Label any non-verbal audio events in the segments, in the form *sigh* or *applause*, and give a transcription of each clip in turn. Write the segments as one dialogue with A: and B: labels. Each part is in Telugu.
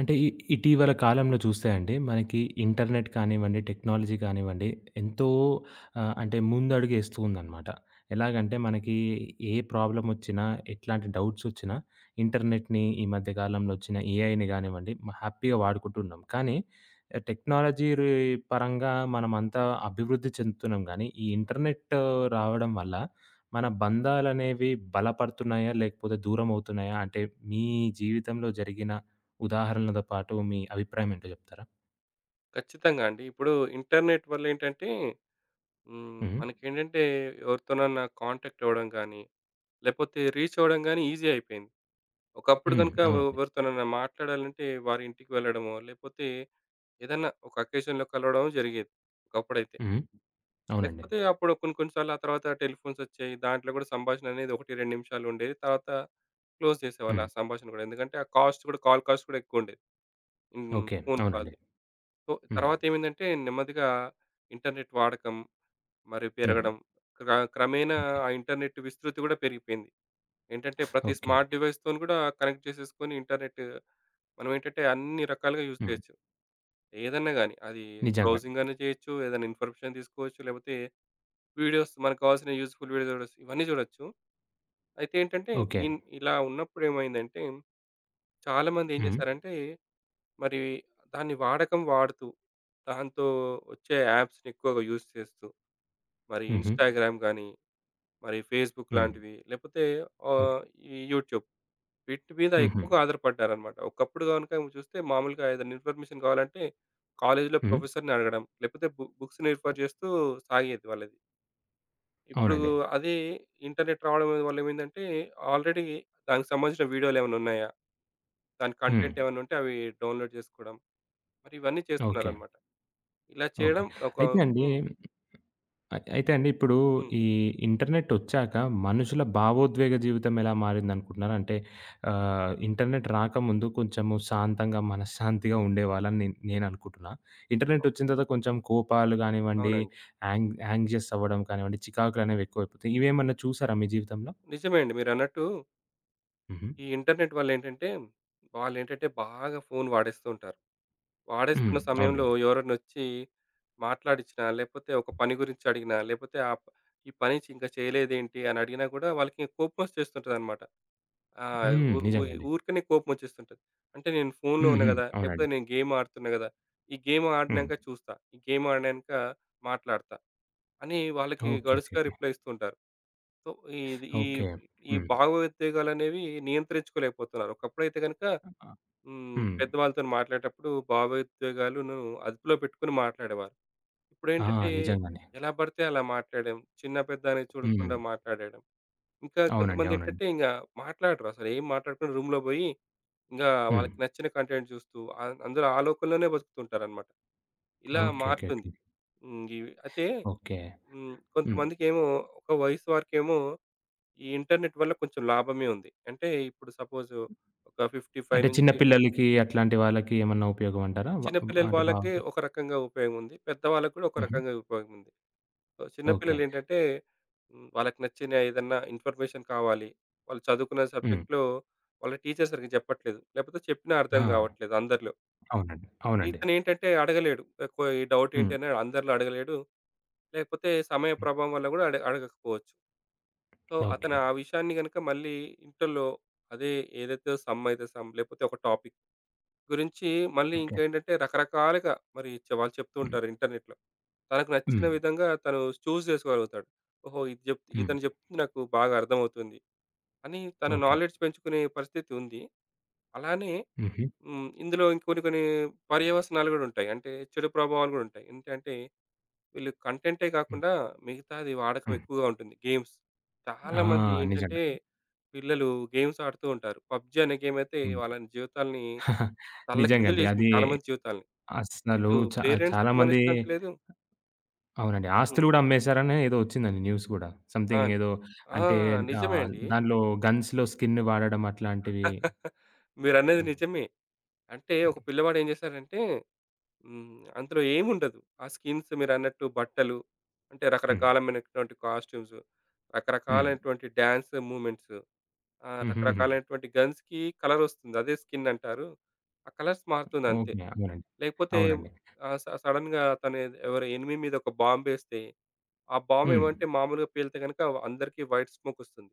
A: అంటే ఇ ఇటీవల కాలంలో చూస్తే అండి, మనకి ఇంటర్నెట్ కానివ్వండి, టెక్నాలజీ కానివ్వండి, ఎంతో అంటే ముందడుగేస్తూ ఉందనమాట. ఎలాగంటే మనకి ఏ ప్రాబ్లమొచ్చినా, ఎట్లాంటి డౌట్సొచ్చినా, ఇంటర్నెట్‌ని ఈ మధ్య కాలంలో వచ్చిన ఏఐని గానివ్వండి, హ్యాపీగా వాడుకుంటున్నాం. కానీ టెక్నాలజీ పరంగా మనమంతా అభివృద్ధి చెందుతున్నాం గానీ, ఈ ఇంటర్నెట్ రావడం వల్ల మన బంధాలనేవి బలపడుతున్నాయా? లేకపోతే దూరమవుతున్నాయా? అంటే మీ జీవితంలో జరిగిన ఉదాహరణలతో పాటు మీ అభిప్రాయం ఏంటో చెప్తారా?
B: ఖచ్చితంగా అండి. ఇప్పుడు ఇంటర్నెట్ వల్లేంటంటే
A: హ్మ్.
B: మనకేంటంటే ఎవరితోనన్నా కాంటాక్ట్ అవ్వడం గానీ, లేపోతే రీచ్ అవ్వడం గానీ ఈజీ అయిపోయింది. ఒకప్పుడు
A: హ్మ్.
B: గనుక
A: అవునండి.
B: ఎవరితోనన్నా మాట్లాడాలంటే వారి ఇంటికి వెళ్ళడమో, లేపోతే ఏదన్నా ఒక అకేషన్‌లో కలవడం జరిగేది ఒకప్పుడైతే.
A: హ్మ్. అవునండి.
B: లేకపోతే అప్పుడు కొన్ని కొన్ని సార్లు ఆ తర్వాత టెలిఫోన్సొచ్చాయి. దాంట్లో గూడా సంభాషణ అనేది 1, 2 నిమిషాలుండేది. తర్వాత క్లోజ్ చేసేవాళ్ళు
A: హ్మ్.
B: ఆ సంభాషణ గూడా. ఎందుకంటే ఆ కాస్ట్ గూడా కాల్ కాస్ట్ గూడా ఎక్కువుండేది. హ్మ్.
A: ఓకే.
B: ఫోను
A: అవునండి.
B: కాల్‌ది. సో,
A: హ్మ్.
B: తర్వాతేమైందంటే నెమ్మదిగా ఇంటర్నెట్ వాడకం మరి
A: హ్మ్.
B: పెరగడం. క్ర క్రమేణా
A: ఓకే.
B: ఆ ఇంటర్నెట్ విస్తృతి కూడా పెరిగిపోయింది. ఏంటంటే ప్రతి
A: ఓకే.
B: స్మార్ట్ డివైస్‌తోని కూడా కనెక్ట్ చేసేసుకొని ఇంటర్నెట్ మనం ఏంటంటే అన్ని రకాలుగా యూజ్
A: హ్మ్.
B: చేయొచ్చు. ఏదన్నా గాని అది
A: నిజంగా.
B: బ్రౌజింగ్ అన్నా చేయొచ్చు. ఏదైనా ఇన్ఫర్మేషన్ తీసుకోవచ్చు. లేకపోతే వీడియోస్ మనకు కావాల్సిన యూజ్‌ఫుల్ వీడియోస్ చూడొచ్చు. ఇవన్నీ చూడొచ్చు. అయితే ఏంటంటే
A: ఓకే.
B: ఇలా ఉన్నప్పుడు ఏమైందంటే చాలామంది ఏం
A: హ్మ్.
B: చేశారంటే మరి దాని వాడకం వాడుతూ దాంతో వచ్చే యాప్స్‌ని ఎక్కువగా యూజ్ చేస్తూ మరి
A: హుహు.
B: ఇన్‌స్టాగ్రామ్ గాని మరి ఫేస్‌బుక్
A: హ్మ్.
B: లాంటివి లేపోతే
A: ఓకే.
B: ఆహ్, ఈ యూట్యూబ్ వీటి మీద
A: హుహు.
B: ఎక్కువగా ఆధారపడ్డారనమాట. ఒకప్పుడు గనుక చూస్తే మామూలుగా ఏదైనా ఇన్ఫర్మేషన్ కావాలంటే కాలేజ్‌లో
A: హ్మ్.
B: ప్రొఫెసర్‌ని అడగడం, లేపోతే బుక్స్‌ని రిఫర్ చేస్తూ సాగేది వాళ్ళది. ఇప్పుడు
A: అవునండి.
B: అదే ఇంటర్నెట్ రావడం వల్ల ఏమైందంటే ఆల్రెడీ దానికి సంబంధించిన వీడియోలు ఏమైనా ఉన్నాయా? దాని
A: హ్మ్.
B: కంటెంట్ ఏమైనా ఉంటే అవి డౌన్‌లోడ్ చేసుకోవడం. మరి ఇవన్నీ
A: ఓకే.
B: చేస్తున్నారనమాట. ఇలా
A: ఓకే.
B: చేయడం ఒక
A: అయితే అండి
B: హ్మ్.
A: అయితే అండి, ఇప్పుడు
B: హ్మ్.
A: ఈ ఇంటర్నెట్ ఒచ్చాక మనుషుల భావోద్వేగ జీవితం ఎలా మారిందనుకుంటున్నారు? అంటే ఇంటర్నెట్ రాకముందు కొంచెము శాంతంగా, మనశ్శాంతిగా ఉండేవాళ్ళని నేననుకుంటున్నా. ఇంటర్నెట్ ఒచ్చిన తర్వాత కొంచెం కోపాలు గానివ్వండి,
B: అవునండి.
A: యాంగ్షియస్ అవ్వడం కానివ్వండి, చికాకులనేవి ఎక్కువైపోతాయి. ఇవేమన్నా చూసారా మీ జీవితంలో?
B: నిజమే అండి మీరన్నట్టు
A: హుహు.
B: ఈ ఇంటర్నెట్ వల్లేంటంటే, వాళ్ళేంటంటే బాగా ఫోను వాడేస్తూ ఉంటారు.
A: హ్మ్.
B: వాడేస్తున్న సమయంలో
A: అవునండి.
B: ఎవరైనొచ్చి మాట్లాడిచ్చినా, లేపోతే ఒక పని గురించి అడిగినా, లేపోతే ఈ పని ఇంకా చేయలేదేంటి అని అడిగినా గూడా వాళ్ళకి కోపమొచ్చేస్తుంటదనమాట. ఆహ్,
A: హ్మ్.
B: ఊర్
A: నిజంగా
B: ఉయ్
A: అండి.
B: ఊరికనే కోపమొచ్చేస్తుంటది. అంటే నేను ఫోనులో
A: హ్మ్.
B: ఉన్నా
A: హ్మ్.
B: గదా!
A: అవునండి.
B: లేకపోతే నేను గేమ్ ఆడుతున్నా గదా! ఈ గేమ్
A: హ్మ్.
B: ఆడినంక చూస్తా. ఈ గేమ్ ఆడినంక మాట్లాడతా అని వాళ్ళకి
A: ఓకే. ఓకే.
B: గడుసుగా
A: ఓకే.
B: రిప్లై ఇస్తూ ఉంటారు. సో, ఇది ఈ
A: ఓకే.
B: ఈ
A: హ్మ్.
B: భావోద్వేగాలనేవి నియంత్రించుకోలేకపోతున్నారు. ఒకప్పుడైతే గనక
A: హ్మ్.
B: పెద్దవాళ్ళతోని మాట్లాడేటప్పుడు భావోద్వేగాలును అదుపులో పెట్టుకొని మాట్లాడేవారు.
A: ఆ!
B: ఇప్పుడేంటంటే
A: నిజంగానే.
B: ఎలా పడితే అలా మాట్లాడడం. చిన్న పెద్ద అనేది
A: హ్మ్.
B: చూడకుండా మాట్లాడడం. ఇంకా
A: అవునండి. అవునండి.
B: కొంతమందేంటంటే ఇంగా మాట్లాడరు. అసలు ఏం మాట్లాడకుండా రూమ్‌లో బోయి ఇంగా
A: హ్మ్.
B: వాళ్ళకి నచ్చిన కంటెంట్ చూస్తూ అందులో ఆ లోకంలోనే బతుకుతుంటారనమాట. ఇలా
A: ఓకే. ఓకే.
B: మారుతుంది.
A: ఓకే.
B: హ్మ్. ఇవి అయితే
A: ఓకే.
B: హ్మ్.
A: హ్మ్.
B: కొంతమందికేమో ఒక వయసు వరకేమో ఈ ఇంటర్నెట్ వల్ల కొంచెం లాభమే ఉంది. అంటే ఇప్పుడు సపోజ్ ఒక
A: అంటే
B: 55
A: చిన్న
B: నుంచి
A: పిల్లలకి అట్లాంటి వాళ్ళకి ఏమన్నా ఉపయోగం అంటారా?
B: చిన్నపిల్లల
A: అంటే బాగా
B: వాళ్ళకి ఒక రకంగా ఉపయోగం ఉంది. పెద్దవాళ్ళకి కూడా ఒక
A: హుహు.
B: రకంగా ఉపయోగం ఉంది. So,
A: okay.
B: చిన్నపిల్లలు ఏంటంటే వాళ్ళకి నచ్చిన ఏదన్నా ఇన్ఫర్మేషన్ కావాలి. వాళ్ళు చదువుకున్న
A: హ్మ్.
B: సబ్జెక్ట్‌లో వాళ్ళ టీచర్ సరిగ్గా చెప్పట్లేదు. లేకపోతే చెప్పినా అర్థం
A: ఆ!
B: కావట్లేదు అందరిలో.
A: అవునండి. అవునండి.
B: ఇతనేంటంటే అడగలేడు. ఎక్కువ ఈ డౌట్ ఏంటి
A: హ్మ్.
B: అని అందరిలో అడగలేడు. లేకపోతే సమయ
A: హ్మ్.
B: ప్రభావం వల్ల కూడా అడగకపోవచ్చు. So,
A: okay.
B: అతను ఆ విషయాన్ని గనుక మళ్ళీ ఇంటర్‌లో అదే ఏదైతే సమ్ లేకపోతే ఒక టాపిక్ గురించి మళ్ళీ
A: ఓకే.
B: ఇంకేంటంటే రకరకాలుగా మరి వాళ్ళు చెప్తూ
A: హ్మ్.
B: ఉంటారు ఇంటర్నెట్‌లో. తనకు నచ్చిన
A: హ్మ్.
B: విధంగా తను చేసుకోగలుగుతాడు. ఓహో! ఇది
A: హ్మ్.
B: ఇతను చెప్తుంది నాకు బాగా అర్థమవుతుంది అని తన
A: ఓకే.
B: నాలెడ్జ్ పెంచుకునే పరిస్థితి ఉంది. అలానే
A: హుహు.
B: హ్మ్. ఇందులో కొన్ని పర్యవసనాలు గూడా ఉంటాయి. అంటే చెడు ప్రభావాలు గూడా ఉంటాయి. ఏంటంటే వీళ్ళు కంటెంటే
A: హ్మ్.
B: కాకుండా మిగతాది వాడకం
A: హ్మ్.
B: ఎక్కువగా ఉంటుంది గేమ్స్.
A: ఆ!
B: చాలామంది
A: నిజంగా.
B: ఏంటంటే పిల్లలు గేమ్స్ ఆడుతూ ఉంటారు. పబ్‌జీ అనే గేమ్ అయితే
A: హ్మ్.
B: వాళ్ళ జీవితాల్ని
A: *laughs*
B: తల్లకిందులు
A: నిజంగండి.
B: చేసింది
A: అది
B: చాలామంది జీవితాల్ని.
A: అస్సలు
B: అటు
A: చాలా
B: పేరెంట్స్‌కి
A: మంది
B: మనశ్శాంతి లేదు.
A: అవునండి.
B: హ్మ్.
A: ఆస్తులు గూడా అమ్మేసారని ఏదో వచ్చిందండి న్యూస్ గూడా.
B: ఆ!
A: సంథింగ్ ఏదో
B: ఆ!
A: అంటే
B: నిజమే అండి.
A: దాంట్లో గన్స్‌లో స్కిన్ వాడడం అట్లాంటివి.
B: మీరన్నది
A: హ్మ్.
B: నిజమే. అంటే
A: హ్మ్.
B: ఒక పిల్లవాడు ఏం చేశాడంటే అందులో ఏముండదు. ఆ స్కిన్స్ మీరన్నట్టు బట్టలు అంటే
A: హ్మ్.
B: రకరకాలమైనటువంటి కాస్ట్యూమ్స్,
A: హ్మ్.
B: రకరకాలైనటువంటి డాన్స్ మూవ్‌మెంట్స్,
A: హుహుహు.
B: రకరకాలైనటువంటి గన్స్‌కి కలర్ వస్తుంది. అదే స్కిన్ అంటారు. ఆ కలర్స్ మారుతుంది అంతే.
A: ఓకే. అవునండి.
B: లేకపోతే
A: అవునండి.
B: ఆహ్, స సడెన్‌గా తను ఎవరో ఎనిమీ మీద ఒక బాంబేస్తే, ఆ బాంబ్
A: హ్మ్.
B: ఏమంటే మామూలుగా పేలితే గనుక అందరికీ వైట్ స్మోక్ వస్తుంది.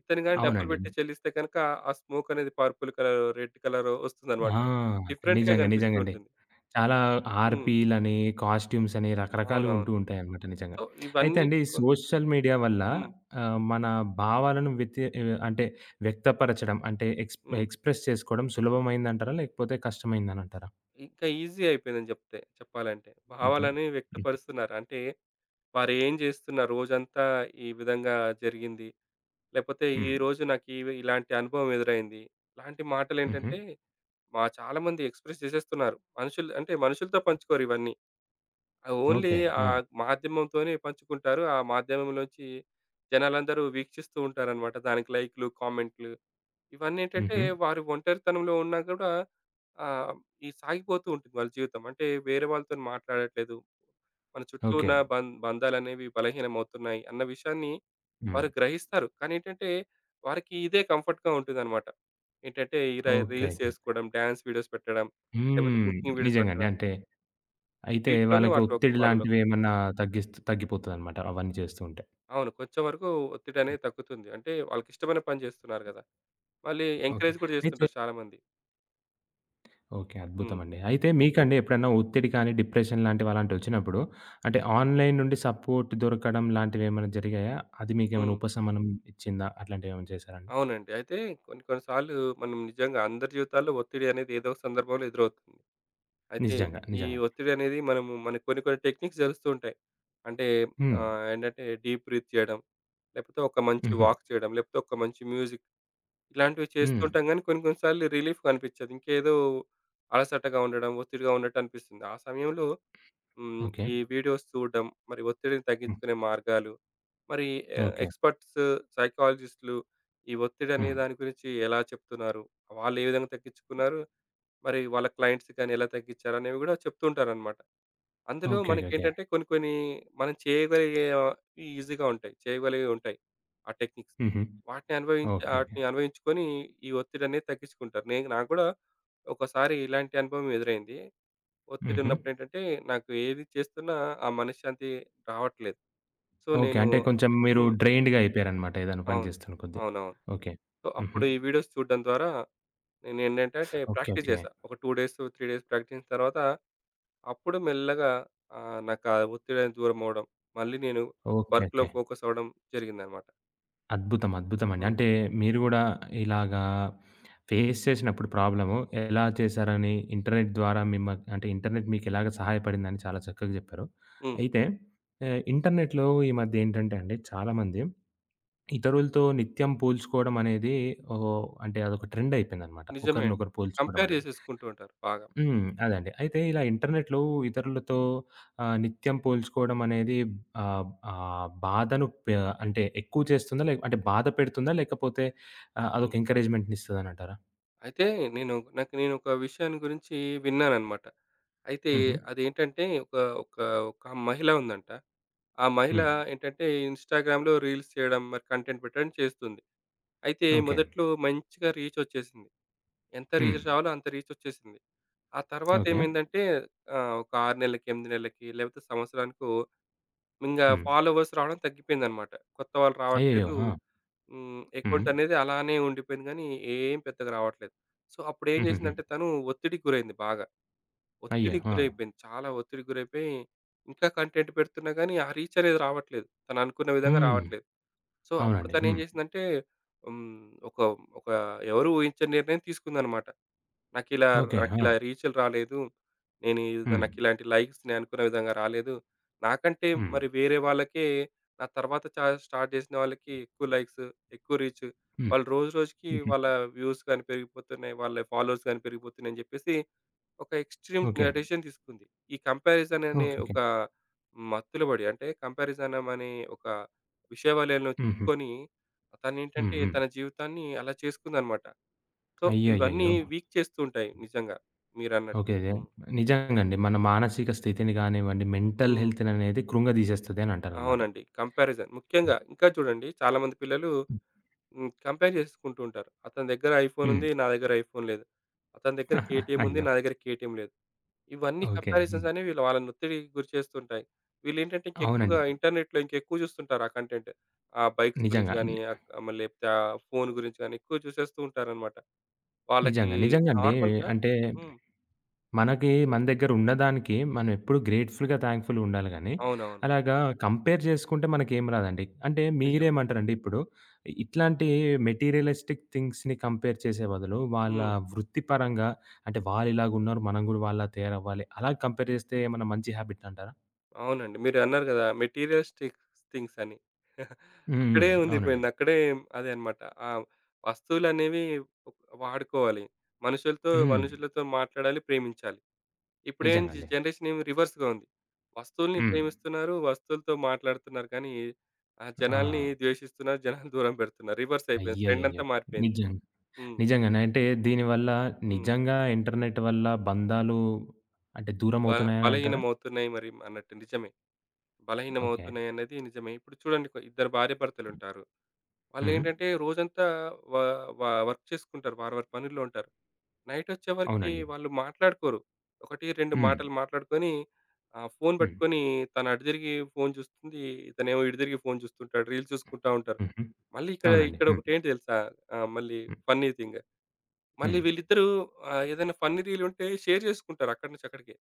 B: ఇతను గాని డబ్బులు
A: అవునండి.
B: పెట్టి చెల్లిస్తే గనుక ఆ స్మోక్ అనేది పర్పుల్ కలర్, రెడ్ కలర్ వస్తుందన్నమాట.
A: ఆ!
B: డిఫరెంట్‌గా
A: నిజంగా.
B: కనిపిస్తూ
A: నిజంగండి.
B: ఉంటుంది.
A: చాలా
B: హ్మ్.
A: ఆర్‌పీలని, కాస్ట్యూమ్సని రకరకాలుగా ఉంటూ
B: అవునవును.
A: ఉంటాయన్నమాట నిజంగా.
B: సో,
A: అయితే
B: ఇవన్నిటి
A: అండి ఈ
B: కొ
A: సోషల్ మీడియా వల్ల
B: హ్మ్.
A: మన భావాలను అంటే వ్యక్తపరచడం అంటే
B: హ్మ్.
A: ఎక్స్‌ప్రెస్ చేసుకోవడం సులభమైందంటారా? లేకపోతే కష్టమైందనంటారా?
B: ఇంకా ఈజీ అయిపోయిందని చెప్పాలంటే.
A: హుహు.
B: భావాలని
A: హ్మ్.
B: వ్యక్తపరుస్తున్నారు. అంటే వారేం చేస్తున్నారు? రోజంతా ఈ విధంగా జరిగింది. లేకపోతే
A: హ్మ్.
B: ఈరోజు నాకు ఇలాంటి అనుభవం ఎదురైంది. ఇలాంటి
A: హుహు.
B: మాటలేంటంటే మా చాలామంది ఎక్స్‌ప్రెస్ చేసేస్తున్నారు. మనుషులు అంటే మనుషులతో పంచుకోరు ఇవన్నీ. Only
A: okay.
B: ఆ
A: ఆ!
B: మాధ్యమంతోనే పంచుకుంటారు. ఆ మాధ్యమంలోంచి జనాలందరూ వీక్షిస్తూ ఉంటారనమాట. దానికి లైక్‌లు, కామెంట్‌లు ఇవన్నేంటంటే
A: హుహు.
B: వారి ఒంటరితనంలో ఉన్నా కూడా ఆహ్, ఈ సాగిపోతూ ఉంటుంది వాళ్ళ జీవితం. అంటే వేరే వాళ్ళతోని మాట్లాడట్లేదు. మన చుట్టూ
A: ఓకే.
B: ఉన్న బంధాలనేవి బలహీనమవుతున్నాయి అన్న విషయాన్ని
A: హ్మ్.
B: వారు గ్రహిస్తారు. కానీ ఏంటంటే వారికి ఇదే కంఫర్ట్‌గా ఉంటుందనమాట. ఏంటంటే ఈ
A: ఓకే.
B: Reels
A: okay.
B: చేసుకోవడం, డాన్స్ వీడియోస్ పెట్టడం, లేకపోతే
A: హ్మ్.
B: కుకింగ్ వీడియోస్
A: నిజంగండి.
B: పెట్టడం
A: అంటే అయితే
B: వీటిలోనే
A: వాళ్ళకి
B: వాటిలో
A: ఒత్తిడి
B: వాళ్ళలో
A: లాంటివేమన్నా తగ్గిపోతదనమాట అవన్నీ చేస్తూ ఉంటే.
B: అవును. కొంచెం వరకు ఒత్తిడనేది తగ్గుతుంది. అంటే వాళ్ళకిష్టమైన పని జేస్తున్నారు గదా! మళ్ళీ
A: ఓకే.
B: ఎంకరేజ్ కూడా
A: అయితే
B: జేస్తుంటారు చాలామంది.
A: ఓకే.
B: హ్మ్.
A: అద్భుతమండి. అయితే మీకండి ఎప్పుడన్నా ఒత్తిడి కానీ, డిప్రెషన్ లాంటివి అలాంటివొచ్చినప్పుడు అంటే ఆన్‌లైన్ నుండి సపోర్ట్ దొరకడం లాంటివేమన్నా జరిగాయా? అది మీకేమైనా
B: హ్మ్.
A: ఉపశమనం ఇచ్చిందా? అట్లాంటివేమైనా చేశారా అండి?
B: అవునండి. అయితే కొన్ని కొన్ని సార్లు మనం నిజంగా అందరి జీవితాల్లో ఒత్తిడి అనేది ఏదో ఒక సందర్భంలో ఎదురవుతుంది. అయితే
A: నిజంగా.
B: ఈ
A: నిజంగా.
B: ఒత్తిడి అనేది మనకు కొన్ని కొన్ని టెక్నిక్స్ తెలుస్తూ ఉంటాయి. అంటే
A: హ్మ్.
B: ఏంటంటే డీప్ బ్రీత్ చేయడం, లేకపోతే ఒక మంచి
A: హుహు.
B: వాక్ చేయడం, లేకపోతే ఒక మంచి మ్యూజిక్ ఇలాంటివి
A: హ్మ్.
B: చేస్తుంటాం గానీ కొన్ని కొన్ని సార్లు రిలీఫ్ కనిపిచ్చదు. ఇంకేదో అలసటగా ఉండడం, ఒత్తిడిగా ఉన్నట్టు అనిపిస్తుంది. ఆ సమయంలో హ్మ్.
A: ఓకే.
B: ఈ వీడియోస్ చూడడం, మరి ఒత్తిడిని
A: హ్మ్.
B: తగ్గించుకునే మార్గాలు, మరి
A: ఓకే.
B: ఎక్స్‌పర్ట్స్, సైకాలజిస్ట్‌లు ఈ ఒత్తిడి అనే
A: హ్మ్.
B: దాని గురించి ఎలా చెప్తున్నారు? వాళ్ళు ఏ విధంగా తగ్గించుకున్నారు? మరి వాళ్ళ క్లయింట్స్ గాని ఎలా తగ్గించారు? అనేవి కూడా చెప్తూ ఉంటారనమాట.
A: ఓకే.
B: అందులో
A: ఓకే. ఓకే.
B: మనకేంటంటే కొన్ని కొన్ని మనం చేయగలిగేవి ఈజీగా ఉంటాయి. చేయగలిగేవి ఉంటాయి. ఆ టెక్నిక్స్.
A: హుహు.
B: వాటిని అనుభవించి
A: ఓకే. ఓకే.
B: ఆటిని అనుభవించుకొని ఈ ఒత్తిడి అనేది తగ్గించుకుంటారు. నాకు కూడా ఒకసారి ఇలాంటి అనుభవం ఎదురైంది. ఒత్తిడి
A: హుహు.
B: ఉన్నప్పుడేంటంటే, నాకు ఏది చేస్తున్నా ఆ మనశ్శాంతి రావట్లేదు. So,
A: okay.
B: నేను
A: అంటే కొంచెం మీరు
B: హ్మ్.
A: డ్రైన్డ్‌గా అయిపోయారనమాట ఏదైనా పని
B: అవును.
A: చేస్తున్న కొద్దీ.
B: అవునవును.
A: ఓకే.
B: సో,
A: హుహు.
B: అప్పుడు ఈ వీడియోస్ చూడడం ద్వారా నేనేంటంటే
A: ఓకే.
B: Practice
A: okay.
B: చేశా. ఒక 2 డేస్, 3 డేస్ ప్రాక్టీస్ చేసిన తర్వాత అప్పుడు మెల్లగా నాకు ఆ ఒత్తిడనేది దూరం అవ్వడం, మళ్ళీ నేను
A: ఓకే.
B: వర్క్‌లో
A: ఓకే.
B: ఫోకస్ అవ్వడం జరిగిందనమాట.
A: అద్భుతం. అద్భుతమండి.
B: హ్మ్.
A: అంటే మీరు గూడా ఇలాగా ఫేస్ చేసినప్పుడు ప్రాబ్లము ఎలా చేశారని ఇంటర్నెట్ ద్వారా అంటే ఇంటర్నెట్ మీకెలాగ సహాయపడిందని చాలా చక్కగా జెప్పారు.
B: హ్మ్.
A: అయితే ఇంటర్నెట్‌లో ఈ మధ్య ఏంటంటే అండి చాలామంది ఇతరులతో నిత్యం పోల్చుకోవడం అనేది ఓహ్! అంటే అదొక ట్రెండ్ అయిపోయిందనమాట.
B: నిజమే అండి.
A: ఒకరినొకరు పోల్చుకోవడం
B: కంపేర్
A: అనేది.
B: చేసేసుకుంటూ ఉంటారు బాగా.
A: హ్మ్. అదండి. అయితే ఇలా ఇంటర్నెట్‌లో ఇతరులతో నిత్యం పోల్చుకోవడం అనేది ఆహ్, ఆహ్, బాధను పె అంటే ఎక్కువ చేస్తుందా? లే అంటే బాధ పెడుతుందా? లేకపోతే అదొక
B: హ్మ్.
A: ఎంకరేజ్‌మెంట్‌నిస్తదనంటారా?
B: అయితే నాకు నేనొక విషయాన్ని గురించి విన్నాననమాట. అయితే
A: హుహు.
B: అదేంటంటే ఒక ఒక ఒక మహిళ ఉందంట. ఆ మహిళ
A: హ్మ్.
B: ఏంటంటే ఇన్‌స్టాగ్రామ్‌లో రీల్స్ చేయడం, మరి కంటెంట్ పెట్టడం చేస్తుంది. అయితే
A: ఓకే.
B: మొదట్లో మంచిగా రీచొచ్చేసింది. ఎంత
A: హ్మ్.
B: రీచ్ రావాలో అంత రీచొచ్చేసింది. ఆ
A: ఓకే.
B: తర్వాతేమైందంటే ఒక 6 నెల్లకి, 8 నెల్లకి లేకపోతే సంవత్సరానికో ఇంగా
A: హ్మ్.
B: ఫాలోవర్స్ రావడం తగ్గిపోయిందనమాట. కొత్త వాళ్ళు
A: అయ్యయ్యో!
B: రావట్లేదు.
A: ఆ!
B: హ్మ్.
A: హ్మ్.
B: అకౌంట్ అనేది అలానే ఉండిపోయింది గానీ, ఏం పెద్దగా రావట్లేదు. సో, అప్పుడేం
A: హుహుహు.
B: జేసిందంటే తను ఒత్తిడికి గురైంది బాగా.
A: అయ్యో!
B: ఒత్తిడికి
A: ఆ!
B: గురైపోయింది. చాలా ఒత్తిడికి గురైపోయి, ఇంకా కంటెంట్ పెడుతున్నా గానీ, ఆ రీచ్ అనేది రావట్లేదు. తననుకున్న విధంగా
A: హ్మ్.
B: రావట్లేదు. సో, అప్పుడు
A: అవునండి.
B: తనేం
A: హ్మ్.
B: జేసిందంటే హ్మ్. ఒక ఒక ఎవరు ఊహించని నిర్ణయం తీసుకుందనమాట. నాకిలా,
A: ఓకే. ఆ!
B: నాకిలా రీచ్‌లు రాలేదు. నేను ఇది
A: హ్మ్.
B: నాకిలాంటి లైక్స్ నేను అనుకున్న విధంగా రాలేదు. నాకంటే
A: హ్మ్.
B: మరి వేరే వాళ్ళకే నా తర్వాత చ స్టార్ట్ చేసిన వాళ్ళకి ఎక్కువ లైక్స్, ఎక్కువ రీచ్.
A: హ్మ్.
B: వాళ్ళు రోజు రోజుకి
A: హుహు.
B: వాళ్ళ వ్యూస్ గాని పెరిగిపోతున్నాయి. వాళ్ళ ఫాలోవర్స్ గాని పెరిగిపోతున్నాయి అని చెప్పేసి ఒక ఎక్స్‌ట్రీమ్
A: ఓకే.
B: డెసిషన్ తీసుకుంది. ఈ కంపారిజన్ అనే
A: ఓకేకే.
B: ఒక మత్తులో పడి అంటే కంపారిజన్ అనే ఒక విష వలయంలో
A: హుహు.
B: చిక్కుకొని
A: హ్మ్.
B: తనేంటంటే
A: హ్మ్.
B: తన జీవితాన్ని అలా చేసుకుందనమాట. సో, ఇవన్నీ
A: అయ్యయ్యయ్యో!
B: వీక్ చేస్తూ ఉంటాయి నిజంగా మీరన్నట్టు.
A: ఓకే. ఓకే.
B: హ్మ్.
A: నిజంగా అండి. మన మానసిక స్థితిని గానివ్వండి, మెంటల్
B: హ్మ్.
A: హెల్త్‌ననేది కృంగదీసేస్తది అని అంటారనమాట.
B: అవునండి. కంపారిజన్. ముఖ్యంగా ఇంకా చూడండి చాలామంది పిల్లలు కంపేర్ చేసుకుంటూ ఉంటారు. అతని దగ్గర ఐఫోన్
A: హ్మ్.
B: ఉంది. నా దగ్గర ఐఫోన్ లేదు. అతని దగ్గర
A: *laughs*
B: కేటీఎం ఉంది.
A: అయ్యో!
B: నా దగ్గర కేటీఎం లేదు. ఇవన్నీ
A: ఓకే.
B: కంపారిజన్స్
A: హ్మ్.
B: అనేవి వీళ్ళు వాళ్ళని ఒత్తిడికి గురి చేస్తుంటాయి. వీళ్ళేంటంటే ఇంకెక్కువగా
A: అవునండి.
B: ఇంటర్నెట్‌లో ఇంకెక్కువ చూస్తుంటారు ఆ కంటెంట్. ఆ బైక్స్ గురించి
A: నిజంగా.
B: గాని, ఆహ్, మళ్ళీ లేకపోతే ఆ ఫోన్ గురించి గాని ఎక్కువ చూసేస్తూ ఉంటారనమాట. వాళ్ళకి
A: నిజంగా. నిజంగా అండి.
B: నార్మల్‌గా
A: అంటే
B: హ్మ్.
A: మనకి మన దగ్గర ఉన్నదానికి మనం ఎప్పుడు గ్రేట్‌ఫుల్‌గా, థాంక్‌ఫుల్‌గా ఉండాలి గానీ,
B: అవునవును.
A: అలాగా కంపేర్ చేసుకుంటే మనకేం రాదండి. అంటే
B: నిజమే.
A: మీరేమంటారండి ఇప్పుడు ఇట్లాంటి మెటీరియలిస్టిక్ థింగ్స్‌ని కంపేర్ చేసే బదులు, వాళ్ళ
B: హ్మ్.
A: వృత్తిపరంగా అంటే వాళ్ళిలాగున్నారు, మనం గూడా వాళ్ళలా తయారవ్వాలి. అలా కంపేర్ చేస్తే ఏమన్నా మంచి హ్యాబిట్ అంటారా?
B: అవునండి. మీరన్నారు గదా! మెటీరియలిస్టిక్ థింగ్స్ అని. *laughs*
A: హ్మ్. హ్మ్.
B: అక్కడే
A: అవునండి.
B: ఉండిపోయింది. అదే అన్నమాట. ఆ వస్తువులనేవి వాడుకోవాలి. మనుషులతో
A: హ్మ్.
B: మనుషులతో మాట్లాడాలి, ప్రేమించాలి. ఇప్పుడేం
A: నిజంగా అండి.
B: జనరేషన్ ఏమి రివర్స్‌గా ఉంది. వస్తువుల్ని
A: హ్మ్.
B: ప్రేమిస్తున్నారు, వస్తువులతో మాట్లాడుతున్నారు కానీ, ఆ
A: ఆ!
B: జనాల్ని ద్వేషిస్తున్నారు, జనాల్ని దూరం పెడుతున్నారు. రివర్స్ అయిపోయింది. ట్రెండ్
A: అయ్యయ్యయ్యో!
B: అంతా మారిపోయింది.
A: నిజంగా.
B: హ్మ్.
A: నిజంగానే. అంటే దీనివల్ల
B: హ్మ్.
A: నిజంగా ఇంటర్నెట్ వల్ల బంధాలు అంటే
B: బ
A: దూరమవుతున్నాయని అంటారా?
B: బలహీనమవుతున్నాయి మరి అన్నట్టు నిజమే.
A: ఓకే.
B: బలహీనమవుతున్నాయన్నది నిజమే. ఇప్పుడు చూడండి ఇద్దరు భార్యాభర్తలుంటారు.
A: హ్మ్.
B: వాళ్ళేంటంటే రోజంతా వ వ వర్క్ చేసుకుంటారు. వారి వారి పనుల్లో ఉంటారు. నైటొచ్చేవరకి
A: అవునండి.
B: వాళ్ళు మాట్లాడుకోరు. 1, 2
A: హ్మ్.
B: మాటలు మాట్లాడుకొని ఫోను
A: హ్మ్.
B: పట్టుకొని తను అటు తిరిగి ఫోను చూస్తుంది. ఇతనేమో ఇటు తిరిగి ఫోను చూస్తుంటాడు. రీల్స్ చూసుకుంటా ఉంటారు.
A: హుహు.
B: మళ్ళీ ఇక్కడ
A: అవునండి.
B: ఇక్కడ
A: హ్మ్.
B: ఒకటేంటి తెలుసా? ఆహ్, మళ్ళీ
A: హ్మ్.
B: Funny thing. మళ్ళీ
A: హ్మ్.
B: వీళ్ళిద్దరూ ఏదైనా ఫన్నీ రీలుంటే షేర్ చేసుకుంటారు అక్కడి నుంచి అక్కడికే.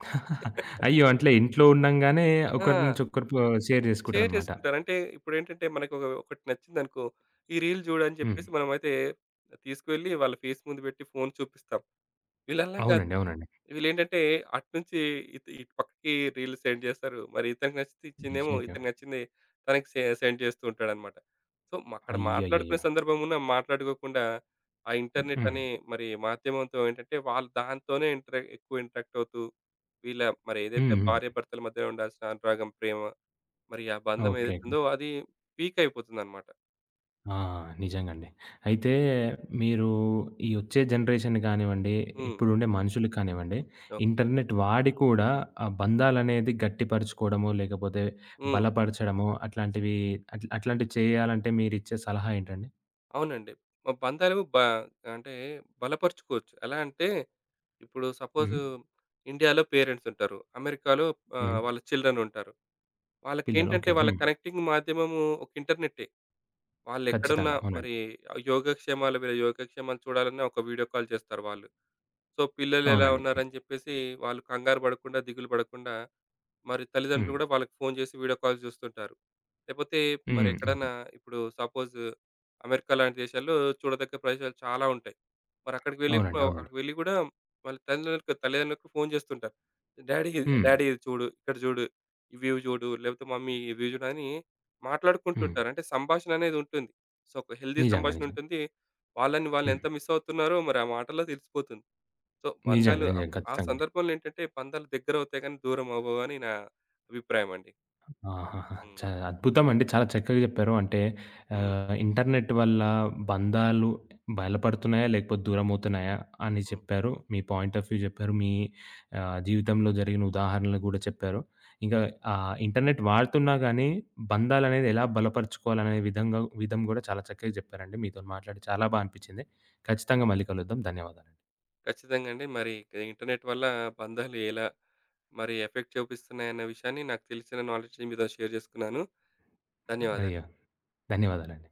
A: *laughs*
B: *laughs*
A: అయ్యో! అట్లా ఇంట్లో ఉండంగానే ఒకరి
B: ఆ!
A: నుంచి ఒకరు షేర్
B: షేర్
A: చేసుకుంటారనమాట.
B: చేసుకుంటారు. అంటే ఇప్పుడేంటంటే మనకొక ఒకటి నచ్చిందనుకో, ఈ రీల్ జూడు అని
A: హ్మ్.
B: చెప్పేసి మనమైతే తీసుకువెళ్ళి వాళ్ళ ఫేస్ ముందు పెట్టి ఫోన్ చూపిస్తాం. వీళ్ళలా గాదు.
A: అవునండి. అవునండి.
B: వీళ్ళేంటంటే అటునుంచి ఇటు ఇటు పక్కకి రీల్ సెండ్ చేస్తారు. మరి ఇతనికి నచ్చితే ఇచ్చిందేమో,
A: అయ్యయ్యో!
B: ఇతనికి నచ్చింది తనకి సెండ్ చేస్తూ ఉంటాడనమాట. సో, మ అక్కడ మాట్లాడుకునే
A: అయ్యయ్యయ్యో!
B: సందర్భం ఉన్నా మాట్లాడుకోకుండా ఆ ఇంటర్నెట్
A: హ్మ్.
B: అనే మరి మాధ్యమంతో ఏంటంటే వాళ్ళు దాంతోనే ఎక్కువ ఇంటరాక్ట్ అవుతూ వీళ్ళ మరి ఏదైతే
A: హ్మ్. హ్మ్.
B: భార్యాభర్తల మధ్య ఉండాల్సిన అనురాగం, ప్రేమ మరి ఆ బంధం
A: ఓకే.
B: ఏదైతుందో అది పీక్ అయిపోతుందన్నమాట.
A: ఆ! నిజంగండి.
B: హ్మ్.
A: అయితే మీరు ఈ వచ్చే జనరేషన్ కానివ్వండి,
B: హ్మ్.
A: ఇప్పుడుండే మనుషులు కానివ్వండి,
B: ఓకే.
A: ఇంటర్నెట్ వాడి కూడా ఆ బంధాలనేది గట్టిపరుచుకోవడమో, లేకపోతే
B: హ్మ్.
A: బలపరచడమో అట్లాంటివి అట్లాంటివి చేయాలంటే మీరిచ్చే సలహా ఏంటండి?
B: అవునండి. మ బంధాలు బ అంటే బలపరుచుకోవచ్చు. ఎలా అంటే ఇప్పుడు సపోజ్
A: హ్మ్.
B: ఇండియాలో పేరెంట్స్ ఉంటారు. అమెరికాలో
A: హ్మ్.
B: వాళ్ళ చిల్డ్రన్ ఉంటారు.
A: పిల్లలు
B: వాళ్ళకేంటంటే
A: ఓకే.
B: వాళ్ళ
A: హ్మ్.
B: కనెక్టింగ్ మాధ్యమము ఒక ఇంటర్నెట్టే. వాళ్ళెక్కడున్నా
A: ఖచ్చితంగా. అవునండి.
B: మరి వీళ్ళ యోగక్షేమాలు చూడాలన్నా ఒక వీడియో కాల్ చేస్తారు వాళ్ళు. సో, పిల్లలు ఎలా
A: అవునండి.
B: ఉన్నారని చెప్పేసి వాళ్ళు కంగారు పడకుండా, దిగులు పడకుండా మరి
A: హ్మ్.
B: తల్లిదండ్రులు గూడా వాళ్ళకి ఫోను చేసి వీడియో కాల్స్ జూస్తుంటారు. లేపోతే మరి
A: హ్మ్. అవునండి.
B: ఎక్కడన్నా ఇప్పుడు సపోజ్ అమెరికా లాంటి దేశాల్లో చూడదగ్గ ప్రదేశాలు చాలా ఉంటాయి. మరి
A: అవునండి. అవునండి.
B: అక్కడికి వెళ్ళి గూడా వాళ్ళ తల్లిదండ్రులకు తల్లిదండ్రులకు ఫోను చేస్తుంటారు.
A: హ్మ్.
B: డాడీ ఇది చూడు, ఇక్కడ జూడు, ఈ వ్యూ జూడు, లేపోతే మమ్మీ ఈ వ్యూ జూడు అని
A: హ్మ్.
B: మాట్లాడుకుంటుంటారు. అంటే సంభాషణ అనేది ఉంటుంది. సో, ఒక హెల్తీ
A: నిజంగా.
B: సంభాషణ
A: నిజంగా.
B: ఉంటుంది. వాళ్ళని వాళ్ళు
A: హ్మ్.
B: ఎంత మిస్ అవుతున్నారో మరి ఆ మాటల్లో తెలిసిపోతుంది. సో,
A: నిజంగా.
B: పందాలు అప్
A: నిజంగా.
B: ఆ
A: ఖచ్చితంగా.
B: సందర్భంలో ఏంటంటే, పందాలు దగ్గరవుతాయి గానీ, దూరం అవ్వవు అని నా అభిప్రాయమండి.
A: ఆహాహా!
B: హ్మ్.
A: అద్భుతమండి. చాలా చక్కగా జెప్పారు. అంటే
B: హ్మ్.
A: ఇంటర్నెట్ వల్ల బంధాలు బలపడుతున్నాయా? లేకపోతే దూరమవుతున్నాయా? అని
B: హ్మ్.
A: చెప్పారు. మీ పాయింట్ ఆఫ్ వ్యూ జెప్పారు. మీ జీవితంలో జరిగిన ఉదాహరణలు గూడా చెప్పారు. ఇంకా ఇంటర్నెట్ వాడుతున్నా గానీ, బంధాలనేది ఎలా బలపరుచుకోవాలనే విధం గూడా చాలా చక్కగా జెప్పారండి. మీతోని మాట్లాడి చాలా బా అనిపిచ్చింది. ఖచ్చితంగా మళ్ళీ కలుద్దాం. ధన్యవాదాలండి.
B: ఖచ్చితంగా అండి. మరి ఇక ఇంటర్‌నెట్ వల్ల బంధాలు ఎలా మరి ఎఫెక్ట్ చూపిస్తున్నాయన్న విషయాన్ని నాకు తెలిసిన నాలెడ్జ్‌ని మీతో షేర్ జేసుకున్నాను. ధన్యవాదాలు.
A: అయ్యో! ధన్యవాదాలండి.